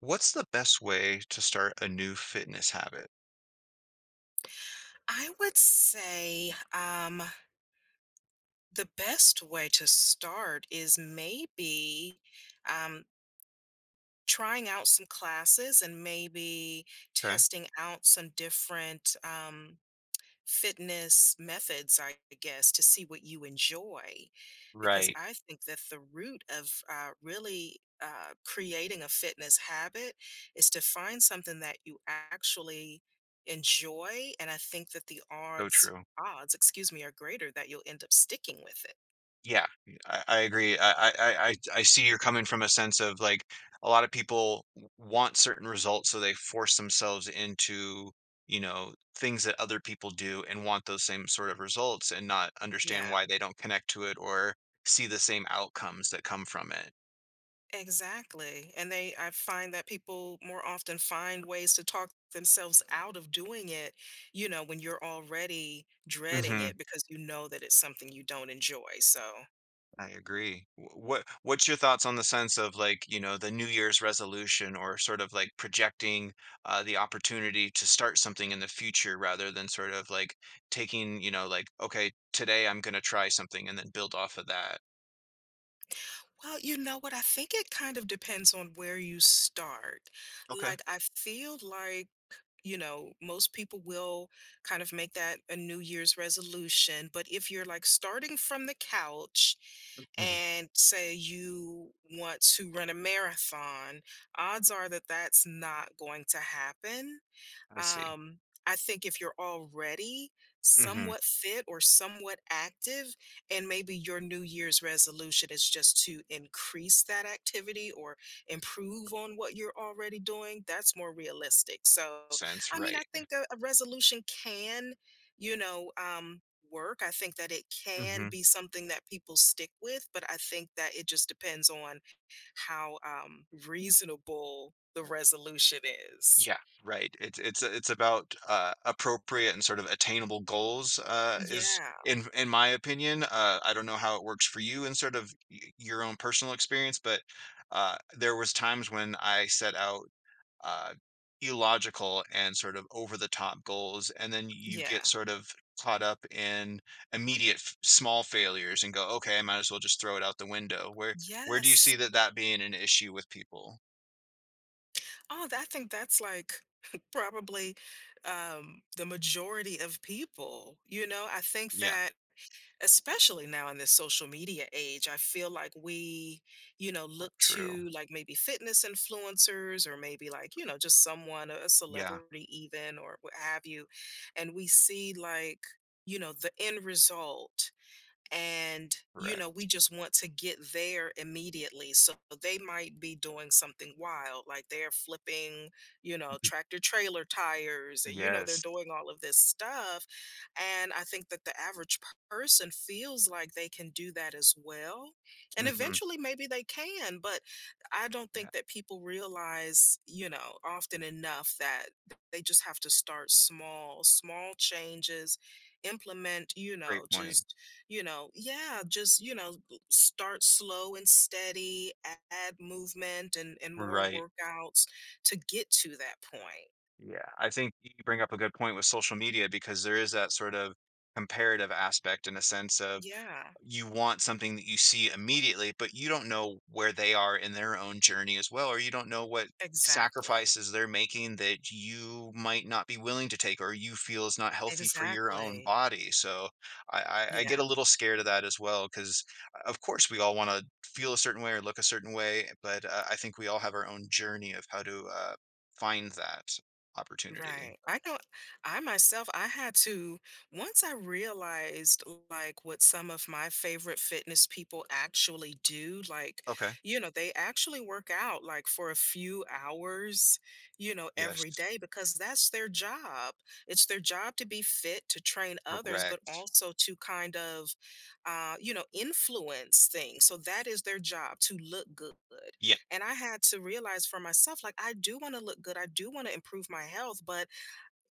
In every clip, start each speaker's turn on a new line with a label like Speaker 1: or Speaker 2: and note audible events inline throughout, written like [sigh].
Speaker 1: What's the best way to start a new fitness habit?
Speaker 2: I would say the best way to start is maybe um, trying out some classes and maybe
Speaker 1: Okay.
Speaker 2: testing out some different fitness methods, I guess, to see what you enjoy. Because
Speaker 1: Right.
Speaker 2: I think that the root of really creating a fitness habit is to find something that you actually enjoy. And I think that the
Speaker 1: So
Speaker 2: odds,
Speaker 1: true.
Speaker 2: odds, excuse me, are greater that you'll end up sticking with it.
Speaker 1: Yeah, I agree. I see you're coming from a sense of like a lot of people want certain results, so they force themselves into, you know, things that other people do and want those same sort of results and not understand
Speaker 2: Yeah.
Speaker 1: why they don't connect to it or see the same outcomes that come from it.
Speaker 2: Exactly. And I find that people more often find ways to talk themselves out of doing it, you know, when you're already dreading
Speaker 1: Mhm.
Speaker 2: it because you know that it's something you don't enjoy. So,
Speaker 1: I agree. What what's your thoughts on the sense of like, you know, the New Year's resolution or sort of like projecting the opportunity to start something in the future rather than sort of like taking, you know, like, okay, today I'm gonna try something and then build off of that.
Speaker 2: well, you know what? I think it kind of depends on where you start.
Speaker 1: Okay.
Speaker 2: Like, I feel like you know, most people will kind of make that a New Year's resolution. But if you're like starting from the couch
Speaker 1: Mhm.
Speaker 2: and say you want to run a marathon, odds are that that's not going to happen.
Speaker 1: I see.
Speaker 2: Um, I think if you're already
Speaker 1: hmm
Speaker 2: somewhat fit or somewhat active, and maybe your New Year's resolution is just to increase that activity or improve on what you're already doing, that's more realistic. So,
Speaker 1: Sense,
Speaker 2: I mean, I
Speaker 1: right.
Speaker 2: think a resolution can, you know, work. I think that it can
Speaker 1: hmm
Speaker 2: be something that people stick with, but I think that it just depends on how reasonable the resolution is.
Speaker 1: Yeah, right. It's about appropriate and sort of attainable goals is
Speaker 2: Yeah.
Speaker 1: in my opinion. I don't know how it works for you in sort of your own personal experience, but there was times when I set out uh, illogical and sort of over the top goals, and then you get
Speaker 2: Yeah.
Speaker 1: sort of caught up in immediate small failures and go, okay, I might as well just throw it out the window. Where do you see
Speaker 2: Yes.
Speaker 1: that being an issue with people?
Speaker 2: Oh, that I think that's like [laughs] probably the majority of people. You know, I think
Speaker 1: Yeah,
Speaker 2: that especially now in this social media age, I feel like we, you know, look
Speaker 1: true.
Speaker 2: to like maybe fitness influencers or maybe like, you know, just someone, a
Speaker 1: Yeah,
Speaker 2: celebrity even or what have you. And we see like, you know, the end result and you know
Speaker 1: correct.
Speaker 2: we just want to get there immediately so they might be doing something wild like they're flipping you know tractor trailer tires and you know they're
Speaker 1: Yes.
Speaker 2: doing all of this stuff and I think that the average person feels like they can do that as well and
Speaker 1: Mhm.
Speaker 2: eventually maybe they can but I don't
Speaker 1: Yeah,
Speaker 2: think that people realize you know often enough that they just have to start small, small changes implement you
Speaker 1: great
Speaker 2: know
Speaker 1: point.
Speaker 2: just you know yeah just you know start slow and steady add movement and more
Speaker 1: Right.
Speaker 2: workouts to get to that point.
Speaker 1: Yeah, I think you bring up a good point with social media because there is that sort of comparative aspect in a sense of
Speaker 2: Yeah,
Speaker 1: you want something that you see immediately, but you don't know where they are in their own journey as well, or you don't know what
Speaker 2: exactly.
Speaker 1: sacrifices they're making that you might not be willing to take or you feel is not healthy for your own
Speaker 2: Exactly.
Speaker 1: body. So I, I get
Speaker 2: Yeah.
Speaker 1: a little scared of that as well, because of course we all want to feel a certain way or look a certain way, but I think we all have our own journey of how to find that opportunity.
Speaker 2: Right. I know I myself, I had to once I realized like what some of my favorite fitness people actually do, like,
Speaker 1: Okay.
Speaker 2: you know, they actually work out like for a few hours, you know,
Speaker 1: Yes.
Speaker 2: every day because that's their job. It's their job to be fit, to train others, but
Speaker 1: Correct.
Speaker 2: also to kind of you know, influence things. So that is their job to look good.
Speaker 1: Yeah.
Speaker 2: And I had to realize for myself, like, I do want to look good. I do want to improve my health, but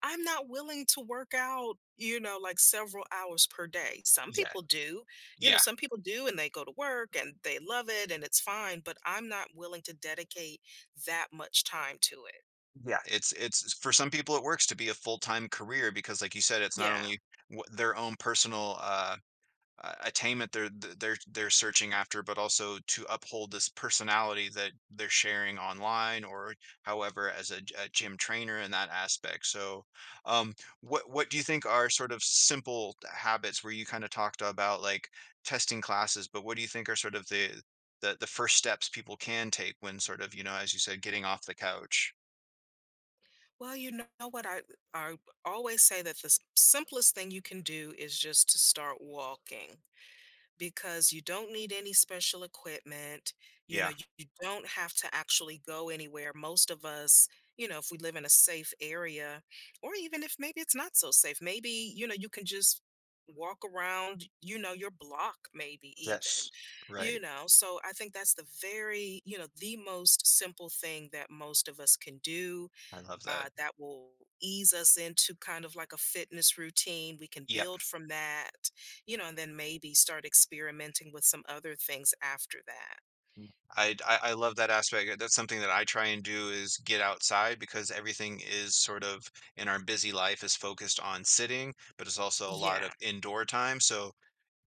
Speaker 2: I'm not willing to work out, you know, like several hours per day. Some
Speaker 1: Yeah.
Speaker 2: people do, you know,
Speaker 1: Yeah.
Speaker 2: some people do and they go to work and they love it and it's fine, but I'm not willing to dedicate that much time to it.
Speaker 1: Yeah. It's for some people, it works to be a full-time career because, like you said, it's not
Speaker 2: Yeah.
Speaker 1: only what their own personal, attainment they're th they're searching after, but also to uphold this personality that they're sharing online or however as a gym trainer in that aspect. So, um, what do you think are sort of simple habits where you kinda talked about, like, testing classes, but what do you think are sort of the first steps people can take when sort of, you know, as you said, getting off the couch?
Speaker 2: Well, you know what? I always say that the simplest thing you can do is just to start walking because you don't need any special equipment. You know,
Speaker 1: Yeah.
Speaker 2: you don't have to actually go anywhere. Most of us, you know, if we live in a safe area, or even if maybe it's not so safe, maybe, you know, you can just walk around, you know, your block, maybe even,
Speaker 1: Yes.
Speaker 2: you
Speaker 1: Right.
Speaker 2: know. So I think that's the very, you know, the most simple thing that most of us can do
Speaker 1: I love that.
Speaker 2: that will ease us into kind of like a fitness routine. We can
Speaker 1: Yep.
Speaker 2: build from that, you know, and then maybe start experimenting with some other things after that.
Speaker 1: I love that aspect. That's something that I try and do is get outside because everything is sort of in our busy life is focused on sitting, but it's also a lot of
Speaker 2: Yeah,
Speaker 1: indoor time. So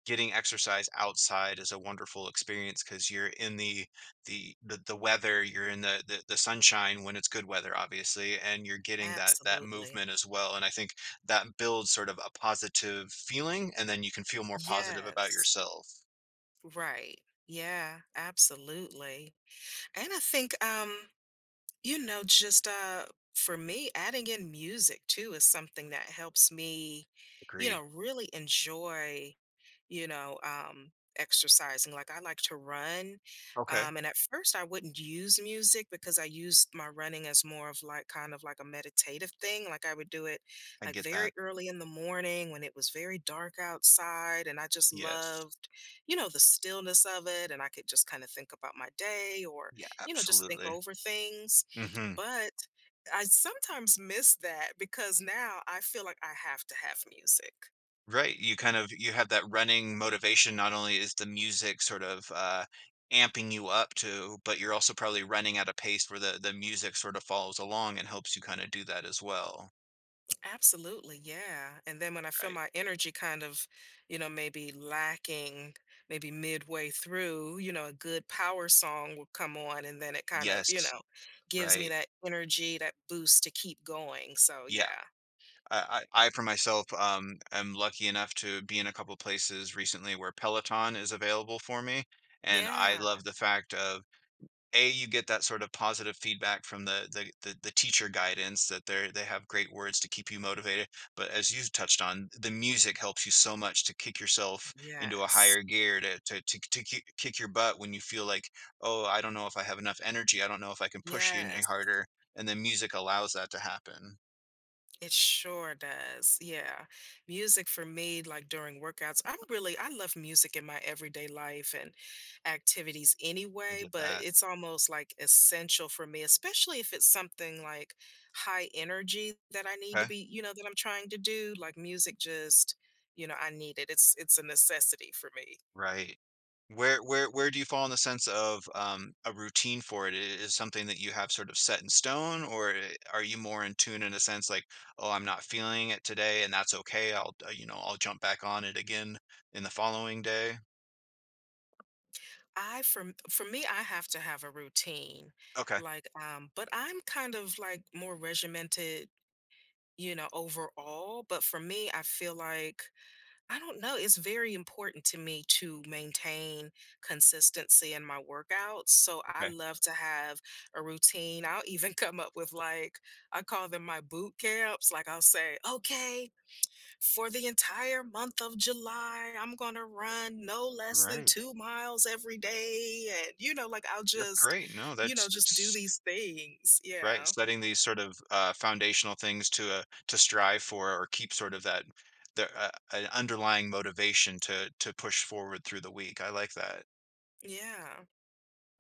Speaker 1: getting exercise outside is a wonderful experience because you're in the weather, you're in the sunshine when it's good weather, obviously, and you're getting that
Speaker 2: absolutely.
Speaker 1: movement as well. And I think that builds sort of a positive feeling, and then you can feel more positive about
Speaker 2: Yes,
Speaker 1: yourself.
Speaker 2: right. Yeah, absolutely. And I think, you know, just for me, adding in music too is something that helps me, you
Speaker 1: Agreed.
Speaker 2: know, really enjoy you know, exercising. Like I like to run.
Speaker 1: Okay.
Speaker 2: And at first I wouldn't use music because I used my running as more of like kind of like a meditative thing. Like I would do it
Speaker 1: I
Speaker 2: like
Speaker 1: get
Speaker 2: very
Speaker 1: that.
Speaker 2: early in the morning when it was very dark outside. And I just
Speaker 1: Yes.
Speaker 2: loved, you know, the stillness of it. And I could just kind of think about my day or,
Speaker 1: Yeah,
Speaker 2: you know, just think
Speaker 1: absolutely.
Speaker 2: over things.
Speaker 1: hmm
Speaker 2: But I sometimes miss that because now I feel like I have to have music.
Speaker 1: Right. You kind of you have that running motivation. Not only is the music sort of amping you up to, but you're also probably running at a pace where the music sort of follows along and helps you kind of do that as well.
Speaker 2: Absolutely, yeah. And then when I feel
Speaker 1: Right.
Speaker 2: my energy kind of, you know, maybe lacking, maybe midway through, you know, a good power song will come on and then it kind of, you
Speaker 1: Yes.
Speaker 2: know, gives me
Speaker 1: Right.
Speaker 2: that energy, that boost to keep going. So,
Speaker 1: Yeah.
Speaker 2: yeah.
Speaker 1: I for myself am lucky enough to be in a couple places recently where Peloton is available for me. And I
Speaker 2: Yeah.
Speaker 1: love the fact of a you get that sort of positive feedback from the teacher guidance that they have great words to keep you motivated, but as you touched on, the music helps you so much to kick yourself into a
Speaker 2: Yes.
Speaker 1: higher gear to kick your butt when you feel like, oh, I don't know if I have enough energy, I don't know if I can push you any
Speaker 2: Yes.
Speaker 1: harder, and then music allows that to happen.
Speaker 2: It sure does. Yeah. Music for me, like during workouts, I'm really, I love music in my everyday life and activities
Speaker 1: I
Speaker 2: anyway,
Speaker 1: get
Speaker 2: but
Speaker 1: that.
Speaker 2: it's almost like essential for me, especially if it's something like high energy that I need to
Speaker 1: Okay.
Speaker 2: be, you know, that I'm trying to do. Like music just, you know, I need it. It's a necessity for me.
Speaker 1: Right. Where do you fall in the sense of, a routine for it? I Is something that you have sort of set in stone, or I are you more in tune in a sense like, "Oh, I'm not feeling it today, and that's okay. I'll, you know, I'll jump back on it again in the following day."
Speaker 2: I For me, I have to have a routine.
Speaker 1: Okay,
Speaker 2: Like, but I'm kind of like more regimented you know, overall. But for me, I feel like, I don't know, it's very important to me to maintain consistency in my workouts. So I
Speaker 1: okay.
Speaker 2: love to have a routine. I'll even [laughs] come up with like, I call them my boot camps. Like I'll say, okay, for the entire month of July, I'm going to run no less than
Speaker 1: Right.
Speaker 2: 2 miles every day. And, you know, like I'll
Speaker 1: That's
Speaker 2: just,
Speaker 1: great. No,
Speaker 2: you know,
Speaker 1: that's
Speaker 2: just do
Speaker 1: it's
Speaker 2: these things.
Speaker 1: right,
Speaker 2: Yeah.
Speaker 1: setting these sort of, foundational things to strive for or keep sort of that the, an underlying motivation to push forward through the week. I like that.
Speaker 2: Yeah.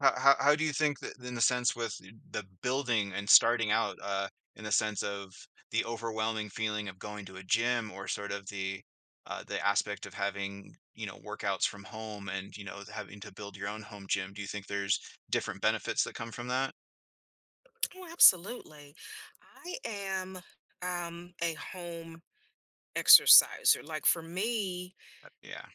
Speaker 1: How do you think that in the sense with the building and starting out, in the sense of the overwhelming feeling of going to a gym or sort of the aspect of having, you know, workouts from home and, you know, having to build your own home gym. Do you think there's different benefits that come from that?
Speaker 2: Oh, absolutely. I am a home exerciser. Like for me,
Speaker 1: Yeah.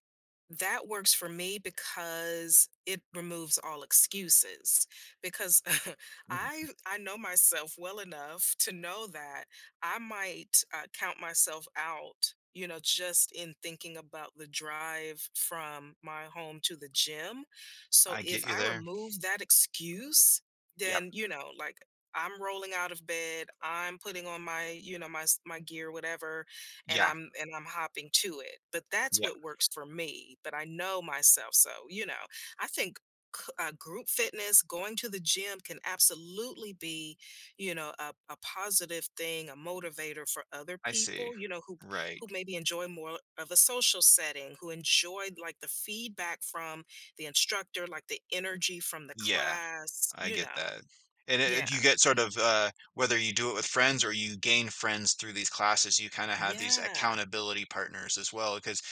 Speaker 2: that works for me because it removes all excuses. Because [laughs]
Speaker 1: Mhm.
Speaker 2: I know myself well enough to know that I might count myself out, you know, just in thinking about the drive from my home to the gym. So
Speaker 1: I get
Speaker 2: if
Speaker 1: you
Speaker 2: I
Speaker 1: there.
Speaker 2: remove that excuse,
Speaker 1: Yep.
Speaker 2: then you know, like I'm rolling out of bed, I'm putting on my, you know, my gear, whatever, and
Speaker 1: Yeah.
Speaker 2: I'm hopping to it. But that's
Speaker 1: Yeah.
Speaker 2: what works for me. But I know myself, so you know, I think group fitness, going to the gym, can absolutely be, you know, a positive thing, a motivator for other
Speaker 1: I see.
Speaker 2: people. You know,
Speaker 1: Right.
Speaker 2: who maybe enjoy more of a social setting, who enjoy like the feedback from the instructor, like the energy from the
Speaker 1: Yeah.
Speaker 2: class.
Speaker 1: I
Speaker 2: You
Speaker 1: get
Speaker 2: know,
Speaker 1: that. And it
Speaker 2: yeah,
Speaker 1: you get sort of, whether you do it with friends or you gain friends through these classes, you kinda have these
Speaker 2: yeah,
Speaker 1: accountability partners as well, because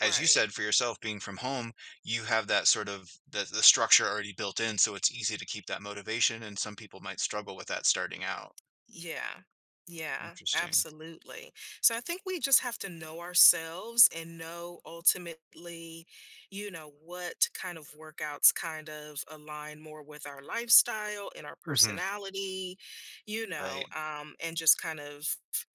Speaker 1: as you
Speaker 2: right.
Speaker 1: said for yourself, being from home, you have that sort of the structure already built in, so it's easy to keep that motivation, and some people might struggle with that starting out.
Speaker 2: Yeah. Yeah,
Speaker 1: Interesting.
Speaker 2: absolutely. So I think we just have to know ourselves and know ultimately, you know, what kind of workouts kind of align more with our lifestyle and our
Speaker 1: Mhm.
Speaker 2: personality, you
Speaker 1: Right.
Speaker 2: know, and just kind of,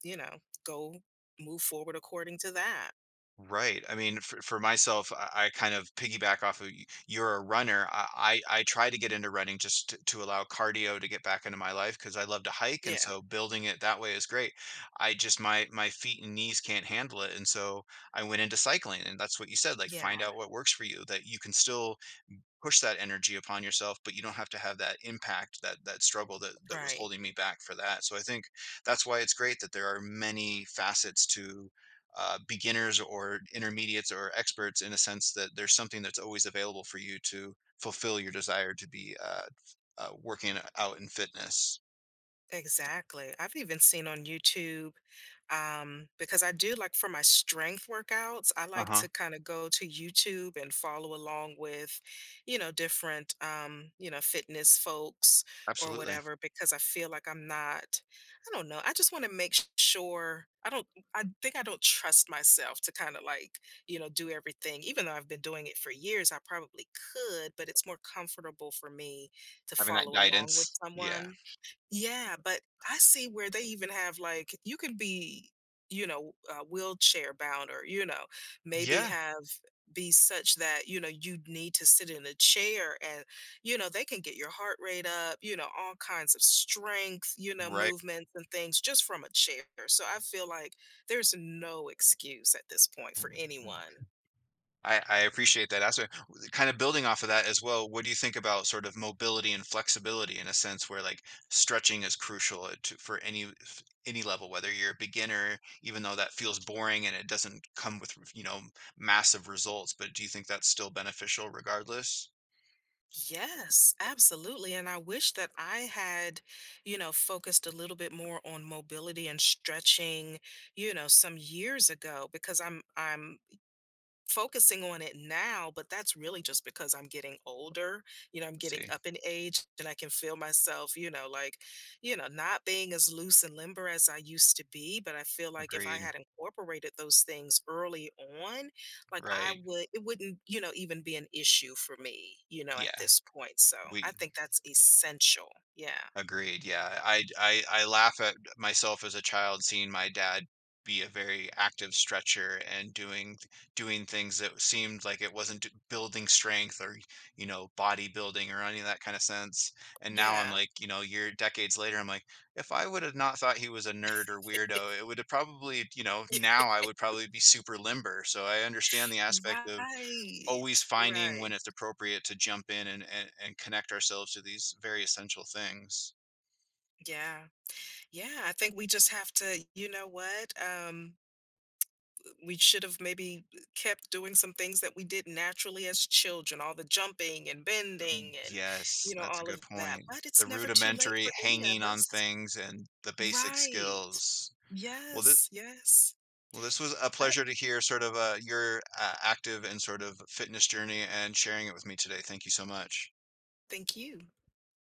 Speaker 2: you know, go move forward according to that.
Speaker 1: Right. I mean, for myself, I kind of piggyback off of you're a runner. I try to get into running just to allow cardio to get back into my life because I love to hike. And
Speaker 2: Yeah.
Speaker 1: so building it that way is great. I just, my feet and knees can't handle it. And so I went into cycling. And that's what you said, like
Speaker 2: Yeah.
Speaker 1: find out what works for you, that you can still push that energy upon yourself, but you don't have to have that impact, that that struggle, that that was
Speaker 2: Right.
Speaker 1: holding me back for that. So I think that's why it's great that there are many facets to beginners or intermediates or experts in a sense that there's something that's always available for you to fulfill your desire to be working out in fitness.
Speaker 2: Exactly. I've even seen on YouTube, because I do like for my strength workouts, I like
Speaker 1: Uh-huh,
Speaker 2: to kind of go to YouTube and follow along with, you know, different, you know, fitness folks or
Speaker 1: absolutely.
Speaker 2: whatever, because I feel like I'm not, I don't know, I just want to make sure I don't, I think I don't trust myself to kind of like, you know, do everything. Even though I've been doing it for years, I probably could, but it's more comfortable for me to
Speaker 1: Having that
Speaker 2: follow along with
Speaker 1: guidance, yeah.
Speaker 2: someone yeah, but I see where they even have like you can be, you know, wheelchair bound or you know, maybe
Speaker 1: Yeah,
Speaker 2: have be such that you know you need to sit in a chair and you know they can get your heart rate up, you know, all kinds of strength, you know,
Speaker 1: right.
Speaker 2: movements and things just from a chair. So I feel like there's no excuse at this point for
Speaker 1: Mm-hmm.
Speaker 2: anyone.
Speaker 1: I appreciate that aspect. Kind of building off of that as well, what do you think about sort of mobility and flexibility in a sense where like stretching is crucial to, for any any level, whether you're a beginner, even though that feels boring and it doesn't come with, you know, massive results, but do you think that's still beneficial regardless?
Speaker 2: Yes, absolutely. And I wish that I had, you know, focused a little bit more on mobility and stretching, you know, some years ago because I'm focusing on it now, but that's really just because I'm getting older. You know, I'm
Speaker 1: Let's
Speaker 2: getting
Speaker 1: see.
Speaker 2: up in age and I can feel myself, you know, like, you know, not being as loose and limber as I used to be. But I feel like if I
Speaker 1: Agreed.
Speaker 2: had incorporated those things early on, like I
Speaker 1: Right.
Speaker 2: would, it wouldn't, you know, even be an issue for me, you know, at
Speaker 1: Yeah.
Speaker 2: this point. So
Speaker 1: We
Speaker 2: I think that's essential. Yeah.
Speaker 1: agreed, yeah. I laugh at myself as a child seeing my dad be a very active stretcher and doing things that seemed like it wasn't building strength or, you know, bodybuilding or any of that kind of sense. And now I'm
Speaker 2: Yeah.
Speaker 1: like, you know, year decades later, I'm like, if I would have not thought he was a nerd or weirdo, it would have probably, you know,
Speaker 2: [laughs]
Speaker 1: now I would probably be super limber. So I understand the aspect of
Speaker 2: Right.
Speaker 1: always finding when
Speaker 2: Right.
Speaker 1: it's appropriate to jump in and connect ourselves to these very essential things.
Speaker 2: Yeah. Yeah. I think we just have to, you know what? We should have maybe kept doing some things that we did naturally as children, all the jumping and bending and,
Speaker 1: Yes,
Speaker 2: you know,
Speaker 1: that's a
Speaker 2: all
Speaker 1: good
Speaker 2: of that.
Speaker 1: point.
Speaker 2: But
Speaker 1: The
Speaker 2: it's never too late
Speaker 1: rudimentary
Speaker 2: for any of
Speaker 1: hanging on
Speaker 2: us.
Speaker 1: things and the basic
Speaker 2: Right.
Speaker 1: skills. Well, this
Speaker 2: Yes. Yes.
Speaker 1: well, this was a
Speaker 2: All right.
Speaker 1: pleasure to hear sort of your active and sort of fitness journey and sharing it with me today. Thank you so much.
Speaker 2: Thank you.